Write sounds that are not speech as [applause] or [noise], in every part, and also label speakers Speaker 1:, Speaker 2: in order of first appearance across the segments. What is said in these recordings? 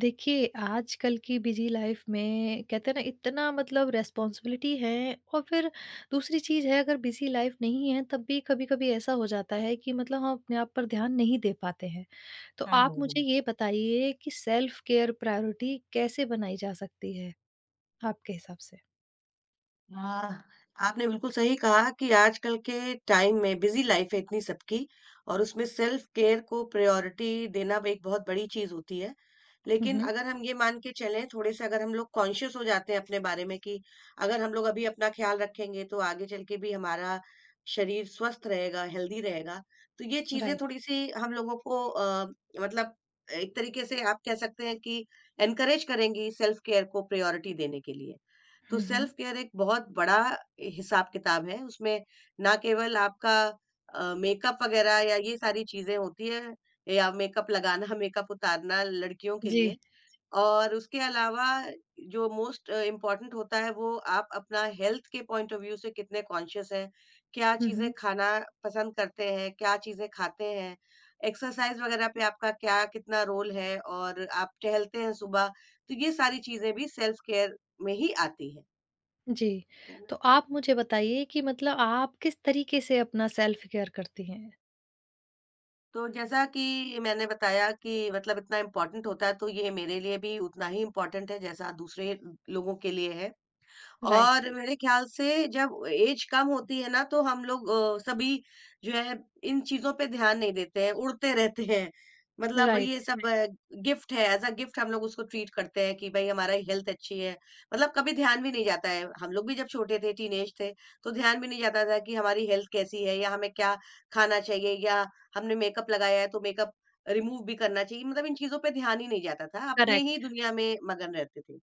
Speaker 1: देखिए, आजकल की बिज़ी लाइफ़ में कहते हैं ना इतना मतलब रिस्पॉन्सिबिलिटी है और फिर दूसरी चीज़ है। अगर बिज़ी लाइफ़ नहीं है तब भी कभी-कभी ऐसा हो जाता है कि मतलब हम अपने आप पर ध्यान नहीं दे पाते हैं। तो
Speaker 2: हाँ,
Speaker 1: आप
Speaker 2: हाँ, हाँ।
Speaker 1: मुझे ये बताइए कि सेल्फ केयर प्रायोरिटी कैसे बनाई जा सकती है आपके हिसाब से?
Speaker 2: हाँ, आपने बिल्कुल सही कहा कि आजकल के टाइम में बिज़ी लाइफ़ है इतनी सबकी और उसमें सेल्फ केयर को प्रायोरिटी देना भी एक बहुत बड़ी चीज़ होती है।
Speaker 1: हुँ,
Speaker 2: लेकिन
Speaker 1: हुँ।
Speaker 2: अगर हम ये मान के चलें थोड़े-से, अगर हम लोग कॉन्शियस हो जाते हैं अपने बारे में कि अगर हम लोग अभी अपना ख़्याल रखेंगे तो आगे चल के भी हमारा शरीर स्वस्थ रहेगा, हेल्दी रहेगा। तो ये चीज़ें
Speaker 1: राइट।
Speaker 2: थोड़ी-सी हम लोगों को मतलब एक तरीके से आप कह सकते हैं कि एनकरेज करेंगी सेल्फ केयर को प्रायोरिटी देने के लिए। तो
Speaker 1: हुँ, हुँ।
Speaker 2: सेल्फ केयर एक बहुत बड़ा हिसाब किताब है। उसमें ना केवल आपका मेकअप वगैरह या ये सारी चीज़ें होती हैं या मेकअप लगाना, मेकअप उतारना लड़कियों के
Speaker 1: जी।
Speaker 2: लिए। और उसके अलावा जो मोस्ट इम्पोर्टेंट होता है वो आप अपना हेल्थ के पॉइंट ऑफ व्यू से कितने कॉन्शियस हैं, क्या
Speaker 1: हुँ,
Speaker 2: चीज़ें
Speaker 1: हुँ।
Speaker 2: खाना पसंद करते हैं, क्या चीज़ें खाते हैं, एक्सरसाइज़ वगैरह पे आपका क्या कितना रोल है और आप टहलते हैं सुबह, तो ये सारी चीज़ें भी सेल्फ केयर में ही आती हैं।
Speaker 1: जी। तो आप मुझे बताइए कि मतलब आप किस तरीके से अपना सेल्फ केयर करती हैं?
Speaker 2: तो जैसा कि मैंने बताया कि मतलब इतना इम्पोर्टेंट होता है तो ये मेरे लिए भी उतना ही इम्पोर्टेंट है जैसा दूसरे लोगों के लिए है
Speaker 1: राइट।
Speaker 2: और मेरे ख्याल से जब एज कम होती है ना तो हम लोग सभी जो है इन चीजों पे ध्यान नहीं देते हैं, उड़ते रहते हैं। मतलब ये
Speaker 1: राइट।
Speaker 2: सब गिफ्ट है, एज़ अ गिफ्ट हम लोग उसको ट्रीट करते हैं कि भाई हमारा हेल्थ अच्छी है। मतलब कभी ध्यान भी नहीं जाता है। हम लोग भी जब छोटे थे, टीनेज थे, तो ध्यान भी नहीं जाता था कि हमारी हेल्थ कैसी है या हमें क्या खाना चाहिए या हमने मेकअप लगाया है तो मेकअप रिमूव भी करना चाहिए। मतलब इन चीजों पे ध्यान ही नहीं जाता था। अपने ही
Speaker 1: करेक्ट।
Speaker 2: दुनिया में मगन रहते थे।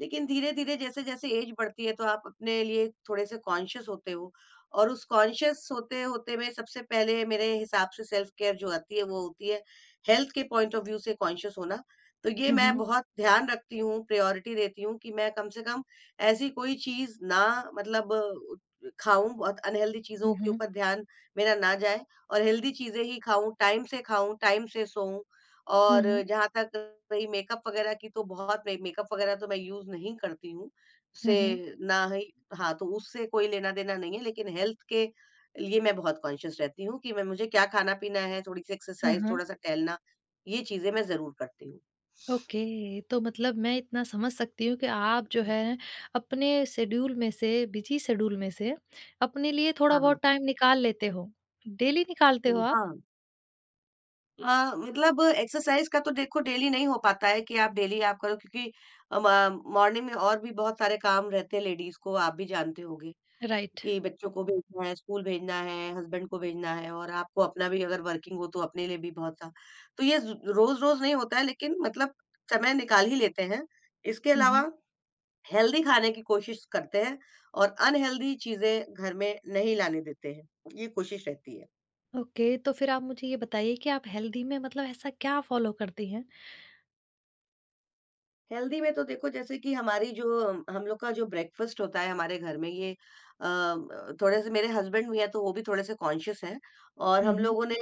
Speaker 2: लेकिन धीरे-धीरे जैसे-जैसे एज बढ़ती है तो आप अपने लिए थोड़े से कॉन्शियस होते हो और उस कॉन्शियस होते-होते में सबसे पहले मेरे हिसाब से सेल्फ केयर जो आती है वो होती है हेल्थ के पॉइंट ऑफ व्यू से कॉन्शियस होना। तो ये
Speaker 1: हुँ,
Speaker 2: मैं
Speaker 1: हुँ।
Speaker 2: बहुत ध्यान रखती हूँ, प्रायोरिटी देती हूँ कि मैं कम से कम ऐसी कोई चीज़ ना, मतलब खाऊँ, बहुत अनहेल्दी चीज़ों
Speaker 1: हुँ,
Speaker 2: के
Speaker 1: हुँ।
Speaker 2: ऊपर ध्यान मेरा ना जाए और हेल्दी चीज़ें ही खाऊँ, टाइम से सोऊँ।
Speaker 1: हुँ,
Speaker 2: और
Speaker 1: हुँ।
Speaker 2: जहाँ तक रही मेकअप वगैरह की, तो बहुत मे मेकअप वगैरह तो मैं यूज़ नहीं करती हूँ।
Speaker 1: हुँ, हुँ।
Speaker 2: उससे ना ही, हाँ, तो उससे कोई लेना-देना नहीं है, लेकिन हेल्थ के लिए मैं बहुत कॉन्शियस रहती हूँ कि मैं मुझे क्या खाना-पीना है, थोड़ी-सी
Speaker 1: हाँ,
Speaker 2: एक्सरसाइज़,
Speaker 1: हाँ।
Speaker 2: थोड़ा-सा टहलना, ये चीज़ें मैं ज़रूर करती हूँ।
Speaker 1: ओके, तो मतलब मैं इतना समझ सकती हूँ कि आप जो है अपने शेड्यूल में से, बिज़ी शेड्यूल में से अपने लिए थोड़ा
Speaker 2: हाँ, हाँ।
Speaker 1: बहुत टाइम निकाल लेते हो। डेली निकालते हो
Speaker 2: हुँ,
Speaker 1: आप?
Speaker 2: हाँ। मतलब एक्सरसाइज़ का तो देखो डेली नहीं हो पाता है कि आप डेली आप करो, क्योंकि अ, म मॉर्निंग में और भी बहुत सारे काम रहते हैं लेडीज़ को, आप भी जानते होंगे।
Speaker 1: राइट।
Speaker 2: कि बच्चों को भेजना है, स्कूल भेजना है, हस्बैंड को भेजना है और आपको अपना भी अगर वर्किंग हो तो अपने लिए भी बहुत सा, तो ये ज़ रोज़-रोज़ नहीं होता है, लेकिन मतलब समय निकाल ही लेते हैं। इसके
Speaker 1: हुँ,
Speaker 2: अलावा
Speaker 1: हुँ।
Speaker 2: हेल्दी खाने की कोशिश करते हैं और अनहेल्दी चीज़ें घर में नहीं लाने देते हैं। ये कोशिश रहती है।
Speaker 1: ओके, तो फिर आप मुझे ये बताइए कि आप हेल्दी में मतलब ऐसा क्या फ़ॉलो करती हैं?
Speaker 2: हेल्दी में तो देखो जैसे कि हमारी जो हम लोग का जो ब्रेकफ़ास्ट होता है हमारे घर में, ये अ, थोड़े-से मेरे हस्बैंड भी हैं तो वो भी थोड़े-से कॉन्शियस हैं और हम
Speaker 1: हुँ, हुँ।
Speaker 2: लोगों ने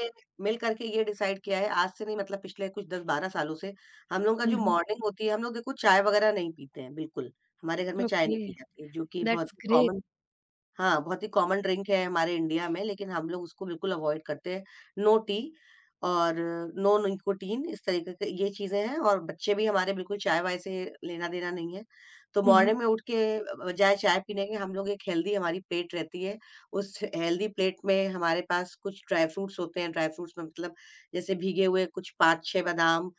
Speaker 2: मिल कर के ये डिसाइड किया है आज से नहीं, मतलब पिछले कुछ 10-12 सालों से। हम लोगों का
Speaker 1: हुँ,
Speaker 2: जो
Speaker 1: हुँ।
Speaker 2: मॉर्निंग होती है, हम लोग देखो चाय वगैरह नहीं पीते हैं बिल्कुल। हमारे घर में चाय नहीं
Speaker 1: ओके,
Speaker 2: पी जाती है, जो कि बहुत
Speaker 1: दैट्स
Speaker 2: ही
Speaker 1: ग्रेट।
Speaker 2: कॉमन, हाँ, बहुत ही कॉमन ड्रिंक है हमारे इंडिया में, लेकिन हम लोग उसको बिल्कुल अवॉइड करते हैं। नो टी और नो निकोटीन, इस तरीके के ये चीज़ें हैं और बच्चे भी हमारे बिल्कुल चाय-वाय से लेना-देना नहीं है। तो
Speaker 1: हुँ, हुँ।
Speaker 2: मॉर्निंग में उठ के बजाय चाय पीने के हम लोग एक हेल्दी, हमारी प्लेट रहती है। उस हेल्दी प्लेट में हमारे पास कुछ ड्राई फ्रूट्स होते हैं, ड्राई फ्रूट्स में मतलब जैसे भीगे हुए कुछ 5-6 बादाम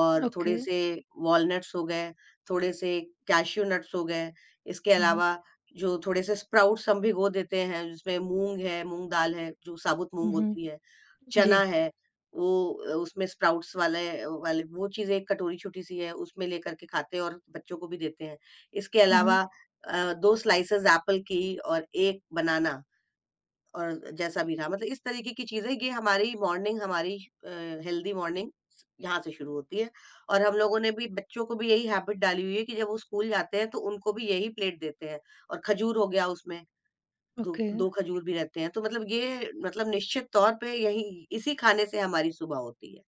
Speaker 2: और
Speaker 1: ओके।
Speaker 2: थोड़े से वॉलनट्स हो गए, थोड़े से कैश्यू नट्स हो गए। इसके
Speaker 1: हुँ, हुँ।
Speaker 2: अलावा जो थोड़े से स्प्राउट्स हम भिगो देते हैं, जिसमें मूँग है, मूँग दाल है, जो साबुत मूँग
Speaker 1: हुँ, हुँ।
Speaker 2: होती है,
Speaker 1: जी।
Speaker 2: चना है, वो उसमें स्प्राउट्स वाले वाले वो चीज़ एक कटोरी छोटी-सी है, उसमें लेकर के खाते हैं और बच्चों को भी देते हैं। इसके
Speaker 1: हुँ,
Speaker 2: अलावा
Speaker 1: हुँ।
Speaker 2: 2 स्लाइसेस एप्पल की और 1 बनाना और जैसा भी रहा, मतलब इस तरीके की चीज़ें, ये हमारी मॉर्निंग, हमारी अ, हेल्दी मॉर्निंग यहाँ से शुरू होती है और हम लोगों ने भी बच्चों को भी यही हैबिट डाली हुई है कि जब वो स्कूल जाते हैं तो उनको भी यही प्लेट देते हैं, और खजूर हो गया उसमें, दो
Speaker 1: ओके।
Speaker 2: दो खजूर भी रहते हैं, तो मतलब ये मतलब निश्चित तौर पे यही, इसी खाने से हमारी सुबह होती है।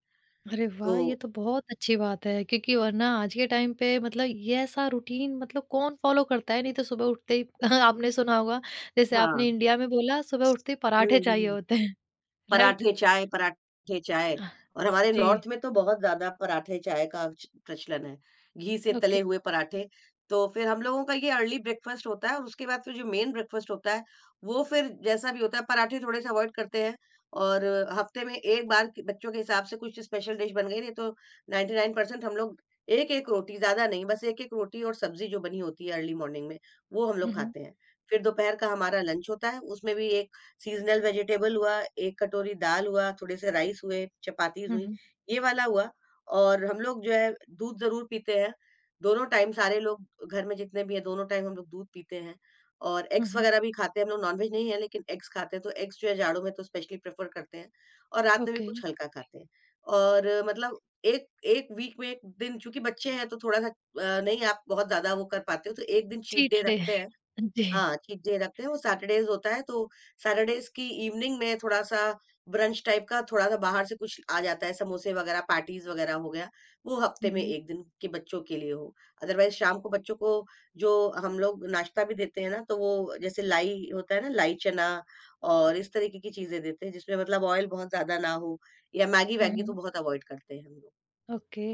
Speaker 1: अरे
Speaker 2: तो
Speaker 1: वाह! ये तो बहुत अच्छी बात है, क्योंकि वरना आज के टाइम पे मतलब ये ऐसा रूटीन मतलब कौन फ़ॉलो करता है? नहीं तो सुबह उठते ही [laughs] आपने सुना होगा जैसे
Speaker 2: हाँ।
Speaker 1: आपने इंडिया में बोला सुबह उठते ही
Speaker 2: हुँ,
Speaker 1: पराठे चाहिए
Speaker 2: हुँ।
Speaker 1: होते हैं, [laughs] राइट?
Speaker 2: पराठे चाय और हमारे
Speaker 1: जी,
Speaker 2: नॉर्थ में तो बहुत ज़्यादा पराठे चाय का च प्रचलन है। घी से
Speaker 1: ओके।
Speaker 2: तले हुए पराठे, तो फिर हम लोगों का ये अर्ली ब्रेकफ़ास्ट होता है और उसके बाद फिर जो मेन ब्रेकफ़ास्ट होता है, वो फिर जैसा भी होता है, पराठे थोड़े-से अवॉइड करते हैं और हफ़्ते में 1 बार क बच्चों के हिसाब से कुछ स्पेशल डिश बन गई, नहीं तो 99% हम लोग 1-1 रोटी, ज़्यादा नहीं, बस 1-1 रोटी और सब्ज़ी जो बनी होती है अर्ली मॉर्निंग में, वो हम
Speaker 1: हुँ,
Speaker 2: लोग
Speaker 1: हुँ।
Speaker 2: खाते हैं। फिर दोपहर का हमारा लंच होता है, उसमें भी सीज़नल वेजिटेबल हुआ, 1 कटोरी दाल हुआ, थोड़े से राइस हुए, चपातीज़
Speaker 1: हुँ,
Speaker 2: हुई,
Speaker 1: हुँ।
Speaker 2: ये वाला हुआ और हम लोग जो है दूध ज़रूर पीते हैं। दोनों टाइम सारे लोग घर में जितने भी हैं, दोनों टाइम हम लोग दूध पीते हैं और
Speaker 1: हुँ,
Speaker 2: एग्स
Speaker 1: हुँ।
Speaker 2: वगैरह भी खाते हैं। हम लोग नॉन-वेज नहीं है, लेकिन एग्स खाते हैं, तो एग्स जो है जाड़ों में तो स्पेशली प्रेफ़र करते हैं और रात में भी
Speaker 1: ओके,
Speaker 2: कुछ हल्का खाते हैं। और मतलब एक 1 वीक में 1 दिन, चूँकि बच्चे हैं तो थोड़ा-सा, नहीं आप बहुत ज़्यादा वो कर पाते हो, तो 1 दिन चीट डे
Speaker 1: चीट डे।
Speaker 2: रखते हैं।
Speaker 1: [laughs] जी।
Speaker 2: हाँ, चीट डे रखते हैं, वो सैटरडेज़ होता है, तो सैटरडेज़ की इवनिंग में थोड़ा-सा ब्रंच टाइप का, थोड़ा-सा बाहर से कुछ आ जाता है, समोसे वगैरह, पैटीज़ वगैरह हो गया, वो हफ्ते
Speaker 1: हुँ,
Speaker 2: में
Speaker 1: हुँ।
Speaker 2: 1 दिन के बच्चों के लिए हो। अदरवाइज़ शाम को बच्चों को जो हम लोग नाश्ता भी देते हैं ना, तो वो जैसे लाई होता है ना, लाई चना और इस तरीके की चीज़ें देते हैं, जिसमें मतलब ऑयल बहुत ज़्यादा ना हो या
Speaker 1: हाँ,
Speaker 2: मैगी-वैगी तो
Speaker 1: हाँ।
Speaker 2: बहुत अवॉइड करते हैं हम लोग।
Speaker 1: ओके।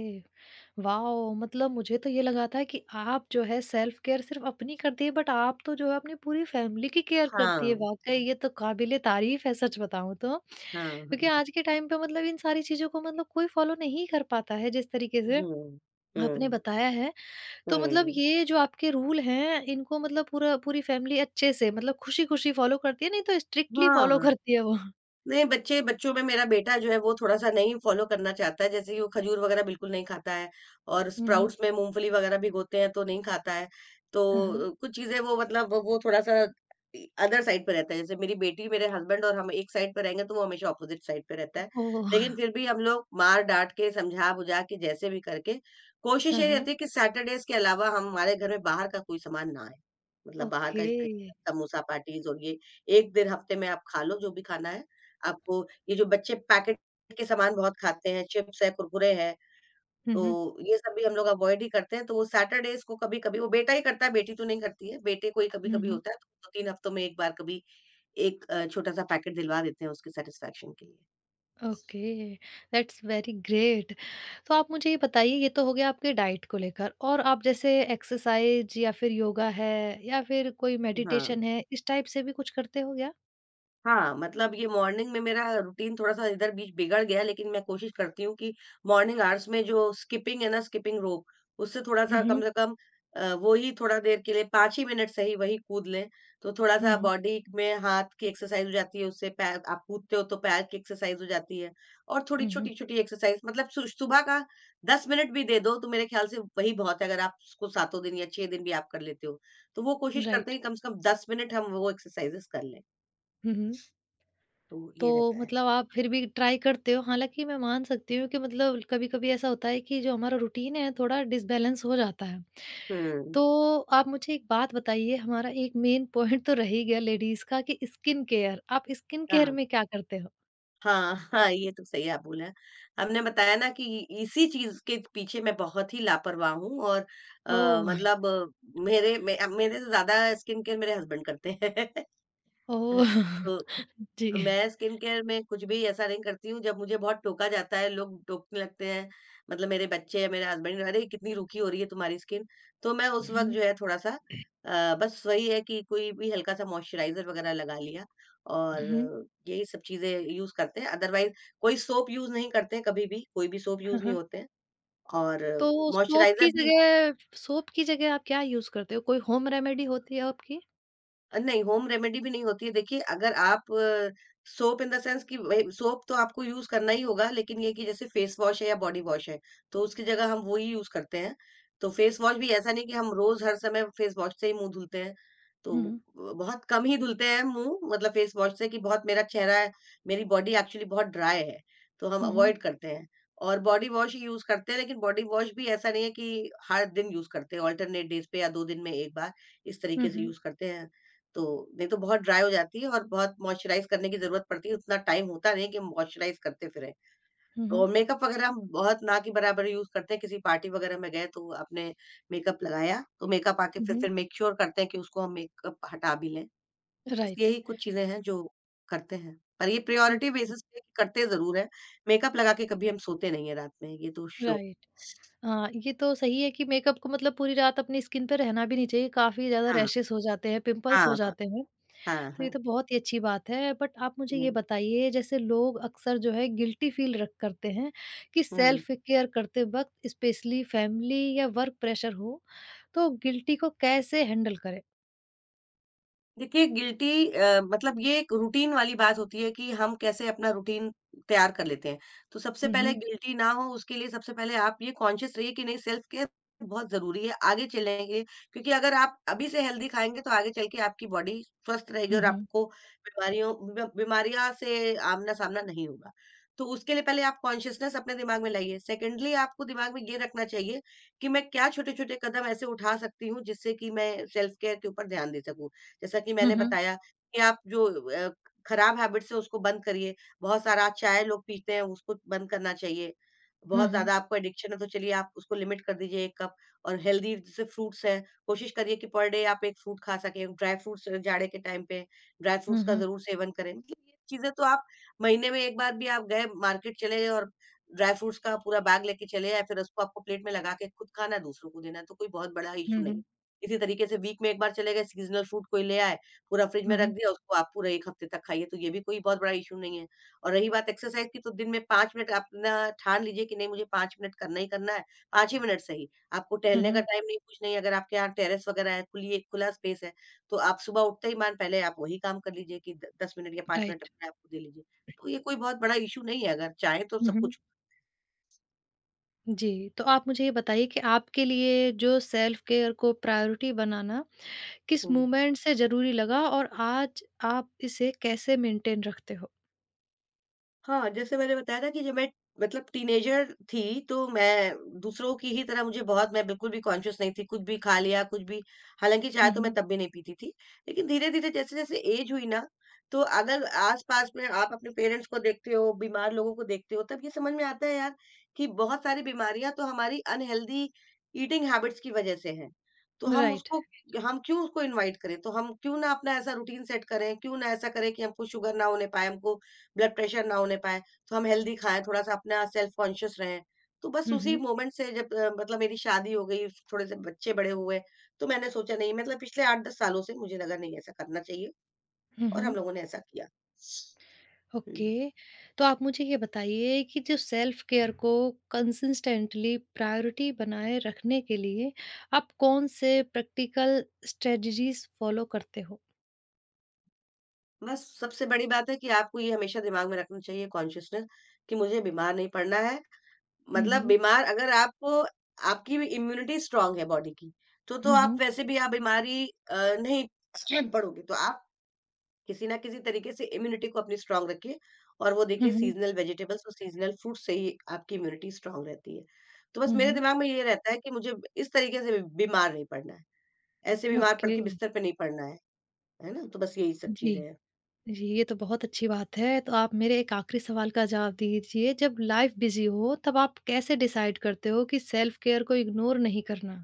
Speaker 1: वाओ! मतलब मुझे तो ये लगा था कि आप जो है सेल्फ केयर सिर्फ़ अपनी करती है, बट आप तो जो है अपनी पूरी फैमिली की केयर
Speaker 2: हाँ,
Speaker 1: करती है। वाक़ई
Speaker 2: हाँ,
Speaker 1: ये तो काबिले तारीफ़ है सच बताऊँ तो।
Speaker 2: हाँ,
Speaker 1: क्योंकि
Speaker 2: हाँ।
Speaker 1: आज के टाइम पे मतलब इन सारी चीज़ों को मतलब कोई फ़ॉलो नहीं कर पाता है जिस तरीके से
Speaker 2: हुँ,
Speaker 1: आपने
Speaker 2: हुँ,
Speaker 1: बताया है। तो मतलब
Speaker 2: हुँ।
Speaker 1: ये जो आपके रूल हैं इनको मतलब पूरा पूरी फैमिली अच्छे से मतलब खुशी-खुशी फ़ॉलो करती है नहीं तो स्ट्रिक्टली
Speaker 2: हाँ,
Speaker 1: फ़ॉलो
Speaker 2: हाँ।
Speaker 1: करती है वो।
Speaker 2: नहीं, बच्चे बच्चों में मेरा बेटा जो है वो थोड़ा-सा नहीं फ़ॉलो करना चाहता है, जैसे कि वो खजूर वगैरह बिल्कुल नहीं खाता है और
Speaker 1: हुँ, हुँ।
Speaker 2: स्प्राउट्स में मूँगफली वगैरह भिगोते हैं तो नहीं खाता है। तो
Speaker 1: हाँ, हाँ।
Speaker 2: कुछ चीज़ें वो, मतलब वो थोड़ा-सा इ अदर साइड पे रहता है, जैसे मेरी बेटी, मेरे हस्बैंड और हम एक साइड पे रहेंगे तो वो हमेशा अपोज़िट साइड पे रहता है।
Speaker 1: ओह!
Speaker 2: लेकिन फिर भी हम लोग मार-डाँट के, समझा-बुझा के, जैसे भी करके, कोशिश
Speaker 1: हाँ,
Speaker 2: यही
Speaker 1: हाँ।
Speaker 2: रहती है कि सैटरडेज़ के अलावा हम हमारे घर में बाहर का कोई सामान ना आए। मतलब बाहर का
Speaker 1: ओके।
Speaker 2: इस तरीके का समोसा, पैटीज़ और ये 1 दिन हफ्ते में आप खा लो जो भी खाना है, आपको ये जो बच्चे पैकेट के सामान बहुत खाते हैं, चिप्स है, कुरकुरे हैं,
Speaker 1: हुँ,
Speaker 2: तो
Speaker 1: हुँ।
Speaker 2: ये सब भी हम लोग अवॉइड ही करते हैं। तो वो सैटरडेज़ को कभी-कभी वो बेटा ही करता है, बेटी तो नहीं करती है। बेटे को ही
Speaker 1: हुँ,
Speaker 2: कभी-कभी
Speaker 1: हुँ।
Speaker 2: होता है, तो 2-3 हफ्तों में 1 बार कभी 1 छोटा-सा पैकेट दिलवा देते हैं उसके सैटिस्फैक्शन के लिए।
Speaker 1: Okay, that's very great. तो आप मुझे ये बताइए ये तो हो गया आपके डाइट को लेकर, और आप जैसे एक्सरसाइज या फिर योगा है या फिर कोई
Speaker 2: हाँ।
Speaker 1: मेडिटेशन है, इस टाइप से भी कुछ करते हो क्या?
Speaker 2: हाँ, मतलब ये मॉर्निंग में मेरा रूटीन थोड़ा-सा इधर बीच बिगड़ गया, लेकिन मैं कोशिश करती हूँ कि मॉर्निंग आवर्स में जो स्किपिंग है ना, स्किपिंग रोप, उससे
Speaker 1: हुँ,
Speaker 2: थोड़ा-सा कम
Speaker 1: हुँ।
Speaker 2: से कम, वो ही थोड़ा देर के लिए 5 ही मिनट सही वही कूद लें, तो
Speaker 1: हुँ,
Speaker 2: थोड़ा-सा
Speaker 1: हुँ।
Speaker 2: बॉडी में हाथ की एक्सरसाइज़ हो जाती है, उससे पैर आप कूदते हो तो पैर की एक्सरसाइज़ हो जाती है। और थोड़ी
Speaker 1: हुँ, हुँ।
Speaker 2: छोटी-छोटी एक्सरसाइज़, मतलब सु सुबह का 10 मिनट भी दे दो, तो मेरे ख्याल से वही बहुत है, अगर आप उसको सातों दिन या 6 दिन भी आप कर लेते हो। तो वो कोशिश करते
Speaker 1: राइट।
Speaker 2: हैं कि कम से कम 10 मिनट हम वो एक्सरसाइज़ेज़ कर लें।
Speaker 1: हुँ, हुँ।
Speaker 2: तो
Speaker 1: तो
Speaker 2: ये रहता है।
Speaker 1: मतलब आप फिर भी ट्राई करते हो, हालाँकि मैं मान सकती हूँ कि मतलब कभी-कभी ऐसा होता है कि जो हमारा रूटीन है थोड़ा डिसबैलेंस हो जाता है।
Speaker 2: हुँ।
Speaker 1: तो आप मुझे एक बात बताइए, हमारा एक मेन पॉइंट तो रह ही गया लेडीज़ का कि स्किन केयर, आप स्किन केयर
Speaker 2: हाँ।
Speaker 1: में क्या करते हो?
Speaker 2: हाँ, हाँ, ये तो सही आप बोला। हमने बताया ना कि इसी चीज़ के पीछे मैं बहुत ही लापरवाह हूँ और
Speaker 1: ओह!
Speaker 2: मतलब मेरे मे मेरे से ज़्यादा स्किन केयर मेरे हस्बैंड करते हैं। [laughs]
Speaker 1: ओह!
Speaker 2: तो
Speaker 1: [laughs] जी।
Speaker 2: मैं स्किन केयर में कुछ भी ऐसा नहीं करती हूँ, जब मुझे बहुत टोका जाता है, लोग टोकने लगते हैं, मतलब मेरे बच्चे या मेरे हस्बैंड, "अरे! कितनी रूखी हो रही है तुम्हारी स्किन।" तो मैं उस वक़्त
Speaker 1: हुँ,
Speaker 2: जो है थोड़ा-सा बस वही है कि कोई भी हल्का-सा मॉइस्चराइज़र वगैरह लगा लिया
Speaker 1: हुँ।
Speaker 2: और यही सब चीज़ें यूज़ करते हैं। अदरवाइज़ कोई सोप यूज़ नहीं करते हैं कभी भी, कोई भी सोप
Speaker 1: हाँ,
Speaker 2: यूज़ नहीं
Speaker 1: हाँ।
Speaker 2: होते हैं और
Speaker 1: तो सोप
Speaker 2: मॉइस्चराइज़र
Speaker 1: की
Speaker 2: भी
Speaker 1: जगह सोप की जगह आप क्या यूज़ करते हो? कोई होम रेमेडी होती है आपकी?
Speaker 2: नहीं, होम रेमेडी भी नहीं होती है। देखिए, अगर आप सोप इन द सेंस कि वही सोप तो आपको यूज़ करना ही होगा, लेकिन ये कि जैसे फेस वॉश है या बॉडी वॉश है, तो उसकी जगह हम वो ही यूज़ करते हैं। तो फेस वॉश भी ऐसा नहीं कि हम रोज़ हर समय फेस वॉश से ही मुँह धुलते हैं। तो
Speaker 1: हुँ, हुँ।
Speaker 2: बहुत कम ही धुलते हैं मुँह मतलब फेस वॉश से कि बहुत मेरा चेहरा है, मेरी बॉडी एक्चुअली बहुत ड्राई है, तो हम
Speaker 1: हुँ, हुँ।
Speaker 2: अवॉइड करते हैं। और बॉडी वॉश ही यूज़ करते हैं, लेकिन बॉडी वॉश भी ऐसा नहीं है कि हर दिन यूज़ करते हैं, अल्टरनेट डेज़ पे या 2 दिन में 1 बार, इस
Speaker 1: हुँ,
Speaker 2: तरीके से
Speaker 1: हुँ।
Speaker 2: यूज़ करते हैं। तो नहीं तो बहुत ड्राई हो जाती है और बहुत मॉइस्चराइज़ करने की ज़रूरत पड़ती है, उतना टाइम होता नहीं है कि मॉइस्चराइज़ करते फिरें।
Speaker 1: हुँ,
Speaker 2: तो
Speaker 1: हुँ।
Speaker 2: मेकअप वगैरह हम बहुत ना के बराबर यूज़ करते हैं, किसी पार्टी वगैरह में गए तो आपने मेकअप लगाया, तो मेकअप आके
Speaker 1: हुँ,
Speaker 2: फिर
Speaker 1: हुँ।
Speaker 2: फिर मेक श्योर करते हैं कि उसको हम मेकअप हटा भी लें। बस
Speaker 1: राइट।
Speaker 2: यही कुछ चीज़ें हैं जो करते हैं। पर ये प्रायोरिटी
Speaker 1: ओके।
Speaker 2: बेसिस पे करते ज़रूर हैं, मेकअप लगा के कभी हम सोते नहीं हैं रात में, ये तो श्योर।
Speaker 1: राइट। हाँ, ये तो सही है कि मेकअप को मतलब पूरी रात अपनी स्किन पे रहना भी नहीं चाहिए। काफ़ी ज़्यादा
Speaker 2: हाँ,
Speaker 1: रैशेस हो जाते हैं, पिंपल्स हो
Speaker 2: हाँ, हाँ।
Speaker 1: जाते हैं,
Speaker 2: हाँ,
Speaker 1: तो ये
Speaker 2: हाँ।
Speaker 1: तो बहुत ही अच्छी बात है। बट आप मुझे
Speaker 2: हुँ,
Speaker 1: ये बताइए जैसे लोग अक्सर जो है गिल्टी फ़ील रक करते हैं कि
Speaker 2: हुँ।
Speaker 1: सेल्फ केयर करते वक़्त स्पेशली फैमिली या वर्क प्रेशर हो, तो गिल्टी को कैसे हैंडल करें?
Speaker 2: देखिए गिल्टी मतलब ये एक रूटीन वाली बात होती है कि हम कैसे अपना रूटीन तैयार कर लेते हैं। तो सबसे
Speaker 1: हुँ,
Speaker 2: पहले
Speaker 1: हुँ।
Speaker 2: गिल्टी ना हो उसके लिए सबसे पहले आप ये कॉन्शियस रहिए कि नहीं सेल्फ केयर बहुत ज़रूरी है आगे चलने के लिए क्योंकि अगर आप अभी से हेल्दी खाएँगे तो आगे चल के आपकी बॉडी स्वस्थ रहेगी
Speaker 1: हुँ,
Speaker 2: और
Speaker 1: हुँ।
Speaker 2: आपको बीमारियों बी बीमारियाँ से आमना-सामना नहीं होगा। तो उसके लिए पहले आप कॉन्शियसनेस अपने दिमाग में लाइए। सेकेंडली आपको दिमाग में ये रखना चाहिए कि मैं क्या छोटे-छोटे कदम ऐसे उठा सकती हूँ जिससे कि मैं सेल्फ केयर के ऊपर ध्यान दे सकूँ। जैसा कि
Speaker 1: हुँ,
Speaker 2: मैंने
Speaker 1: हुँ।
Speaker 2: बताया कि आप जो अ, खराब हैबिट्स है उसको बंद करिए। बहुत सारा आप चाय लोग पीते हैं उसको बंद करना चाहिए।
Speaker 1: हुँ,
Speaker 2: बहुत
Speaker 1: हुँ।
Speaker 2: ज़्यादा आपको एडिक्शन है तो चलिए आप उसको लिमिट कर दीजिए 1 कप। और हेल्दी जैसे फ्रूट्स हैं, कोशिश करिए कि पर डे आप 1 फ्रूट खा सकें। ड्राई फ्रूट्स जाड़े के टाइम पे ड्राई फ्रूट्स
Speaker 1: हुँ,
Speaker 2: का
Speaker 1: हुँ।
Speaker 2: ज़रूर सेवन करें। मतलब ये चीज़ें तो आप महीने में 1 बार भी आप गए मार्केट चले गए और ड्राई फ्रूट्स का पूरा बैग लेके चले आए, फिर उसको आपको प्लेट में लगा के खुद खाना है, दूसरों को देना है, तो कोई बहुत बड़ा
Speaker 1: हुँ,
Speaker 2: इश्यू नहीं है।
Speaker 1: हुँ।
Speaker 2: इसी तरीके से वीक में 1 बार चले गए सीज़नल फ्रूट कोई ले आए, पूरा फ्रिज में
Speaker 1: हुँ,
Speaker 2: रख
Speaker 1: हुँ।
Speaker 2: दिया, उसको आप पूरा 1 हफ्ते तक खाइए, तो ये भी कोई बहुत बड़ा इश्यू नहीं है। और रही बात एक्सरसाइज की तो दिन में 5 मिनट अपना ठान लीजिए कि नहीं मुझे 5 मिनट करना ही करना है, 5 ही मिनट सही। आपको
Speaker 1: हुँ,
Speaker 2: टहलने का
Speaker 1: हुँ।
Speaker 2: टाइम नहीं, कुछ नहीं, अगर आपके यहाँ टेरेस वगैरह है, खुली एक खुला स्पेस है, तो आप सुबह उठते ही मान पहले आप वही काम कर लीजिए कि द 10 मिनट या 5 मिनट
Speaker 1: राइट।
Speaker 2: अपने आप को दे लीजिए। तो ये कोई बहुत बड़ा इश्यू नहीं है अगर चाहें तो
Speaker 1: हुँ,
Speaker 2: सब
Speaker 1: हुँ।
Speaker 2: कुछ।
Speaker 1: जी, तो आप मुझे ये बताइए कि आपके लिए जो सेल्फ केयर को प्रायोरिटी बनाना किस
Speaker 2: हुँ।
Speaker 1: मूवमेंट से ज़रूरी लगा और आज आप इसे कैसे मेंटेन रखते हो?
Speaker 2: हाँ, जैसे मैंने बताया ना कि जब मैं मतलब टीनेजर थी, तो मैं दूसरों की ही तरह मुझे बहुत मैं बिल्कुल भी कॉन्शियस नहीं थी, कुछ भी खा लिया, कुछ भी। हालाँकि चाय
Speaker 1: हुँ,
Speaker 2: तो मैं
Speaker 1: हुँ।
Speaker 2: तब भी नहीं पीती थी। लेकिन धीरे-धीरे जैसे-जैसे एज हुई ना, तो अगर आस-पास में आप अपने पेरेंट्स को देखते हो, बीमार लोगों को देखते हो, तब ये समझ में आता है यार कि बहुत सारी बीमारियाँ तो हमारी अनहेल्दी ईटिंग हैबिट्स की वज़ह से हैं। तो
Speaker 1: राइट।
Speaker 2: हम क्यों उसको इनवाइट करें? तो हम क्यों ना अपना ऐसा रूटीन सेट करें, क्यों ना ऐसा करें कि हमको शुगर ना होने पाए, हमको ब्लड प्रेशर ना होने पाए, तो हम हेल्दी खाएँ, थोड़ा-सा अपना सेल्फ कॉन्शियस रहें। तो बस
Speaker 1: हुँ,
Speaker 2: उसी
Speaker 1: हुँ।
Speaker 2: मोमेंट से जब मतलब मेरी शादी हो गई, थोड़े से बच्चे बड़े हुए, तो मैंने सोचा नहीं मतलब पिछले 8-10 सालों से मुझे लगा नहीं ऐसा करना चाहिए
Speaker 1: हुँ,
Speaker 2: और हम
Speaker 1: हुँ।
Speaker 2: लोगों ने ऐसा किया। हुँ।
Speaker 1: ओके, तो आप मुझे ये बताइए कि जो सेल्फ केयर को कंसिस्टेंटली प्रायोरिटी बनाए रखने के लिए आप कौन से प्रैक्टिकल स्ट्रेटजीज़ फॉलो करते हो?
Speaker 2: बस सबसे बड़ी बात है कि आपको ये हमेशा दिमाग में रखना चाहिए कॉन्शियसनेस कि मुझे बीमार नहीं पड़ना है।
Speaker 1: हुँ,
Speaker 2: मतलब
Speaker 1: हुँ।
Speaker 2: बीमार अगर आपको आपकी इम्यूनिटी स्ट्रांग है बॉडी की, तो
Speaker 1: हुँ,
Speaker 2: आप
Speaker 1: हुँ।
Speaker 2: वैसे भी आप बीमारी अ, नहीं [clears throat] पड़ोगे। तो आप किसी ना किसी तरीके से इम्यूनिटी को अपनी स्ट्रांग रखिए और वो देखिए सीजनल वेजिटेबल्स और सीजनल फ्रूट से ही आपकी इम्यूनिटी स्ट्रांग रहती है। तो बस
Speaker 1: हुँ,
Speaker 2: मेरे
Speaker 1: हुँ।
Speaker 2: दिमाग में ये रहता है कि मुझे इस तरीके से बीमार नहीं पड़ना है, ऐसे बीमार पड़
Speaker 1: ओके,
Speaker 2: के बिस्तर पे नहीं पड़ना है ना? तो बस यही सब
Speaker 1: जी।
Speaker 2: चीज़ें हैं।
Speaker 1: जी, ये तो बहुत अच्छी बात है। तो आप मेरे एक आखिरी सवाल का जवाब दीजिए, जब लाइफ़ बिज़ी हो, तब आप कैसे डिसाइड करते हो कि सेल्फ केयर को इग्नोर नहीं करना?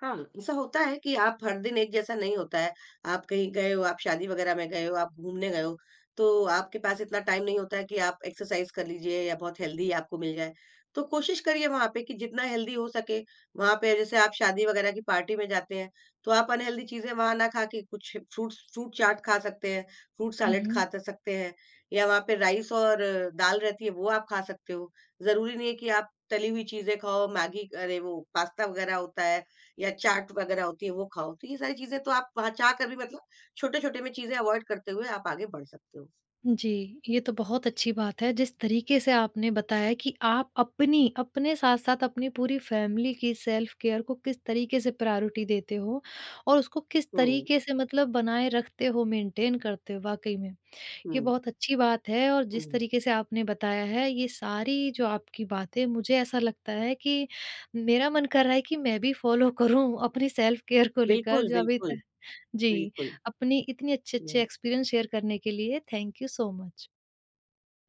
Speaker 2: हाँ, ऐसा होता है कि आप हर दिन एक जैसा नहीं होता है। आप कहीं गए हो, आप शादी वगैरह में गए हो, आप घूमने गए हो, तो आपके पास इतना टाइम नहीं होता है कि आप एक्सरसाइज कर लीजिए या बहुत हेल्दी आपको मिल जाए। तो कोशिश करिए वहाँ पे कि जितना हेल्दी हो सके, वहाँ पे जैसे आप शादी वगैरह की पार्टी में जाते हैं, तो आप अनहेल्दी चीज़ें वहाँ ना खा के कुछ फ्रूट चाट खा सकते हैं, फ्रूट
Speaker 1: हुँ,
Speaker 2: सैलेड खा
Speaker 1: हुँ।
Speaker 2: त सकते हैं या वहाँ पे राइस और दाल रहती है, वो आप खा सकते हो। ज़रूरी नहीं है कि आप तली हुई चीज़ें खाओ, मैगी अरे वो पास्ता वगैरह होता है, या चाट वगैरह होती है वो खाओ, तो ये सारी चीज़ें तो आप वहाँ जाकर भी मतलब छोटे-छोटे में चीज़ें अवॉइड करते हुए आप आगे बढ़ सकते हो।
Speaker 1: जी, ये तो बहुत अच्छी बात है। जिस तरीके से आपने बताया कि आप अपनी अपने साथ-साथ अपनी पूरी फैमिली की सेल्फ केयर को किस तरीके से प्रायोरिटी देते हो और उसको किस
Speaker 2: हुँ,
Speaker 1: तरीके से मतलब बनाए रखते हो, मेंटेन करते हो, वाक़ई में। ये
Speaker 2: हुँ,
Speaker 1: बहुत अच्छी बात है और जिस
Speaker 2: हुँ।
Speaker 1: तरीके से आपने बताया है ये सारी जो आपकी बातें, मुझे ऐसा लगता है कि मेरा मन कर रहा है कि मैं भी फ़ॉलो करूँ अपनी सेल्फ केयर को लेकर
Speaker 2: बिल्कुल,
Speaker 1: जो अभी
Speaker 2: बिल्कुल,
Speaker 1: तक। जी,
Speaker 2: बिल्कुल।
Speaker 1: अपनी इतनी अच्छे-अच्छे
Speaker 2: हुँ।
Speaker 1: एक्सपीरियंस शेयर करने के लिए थैंक यू सो मच।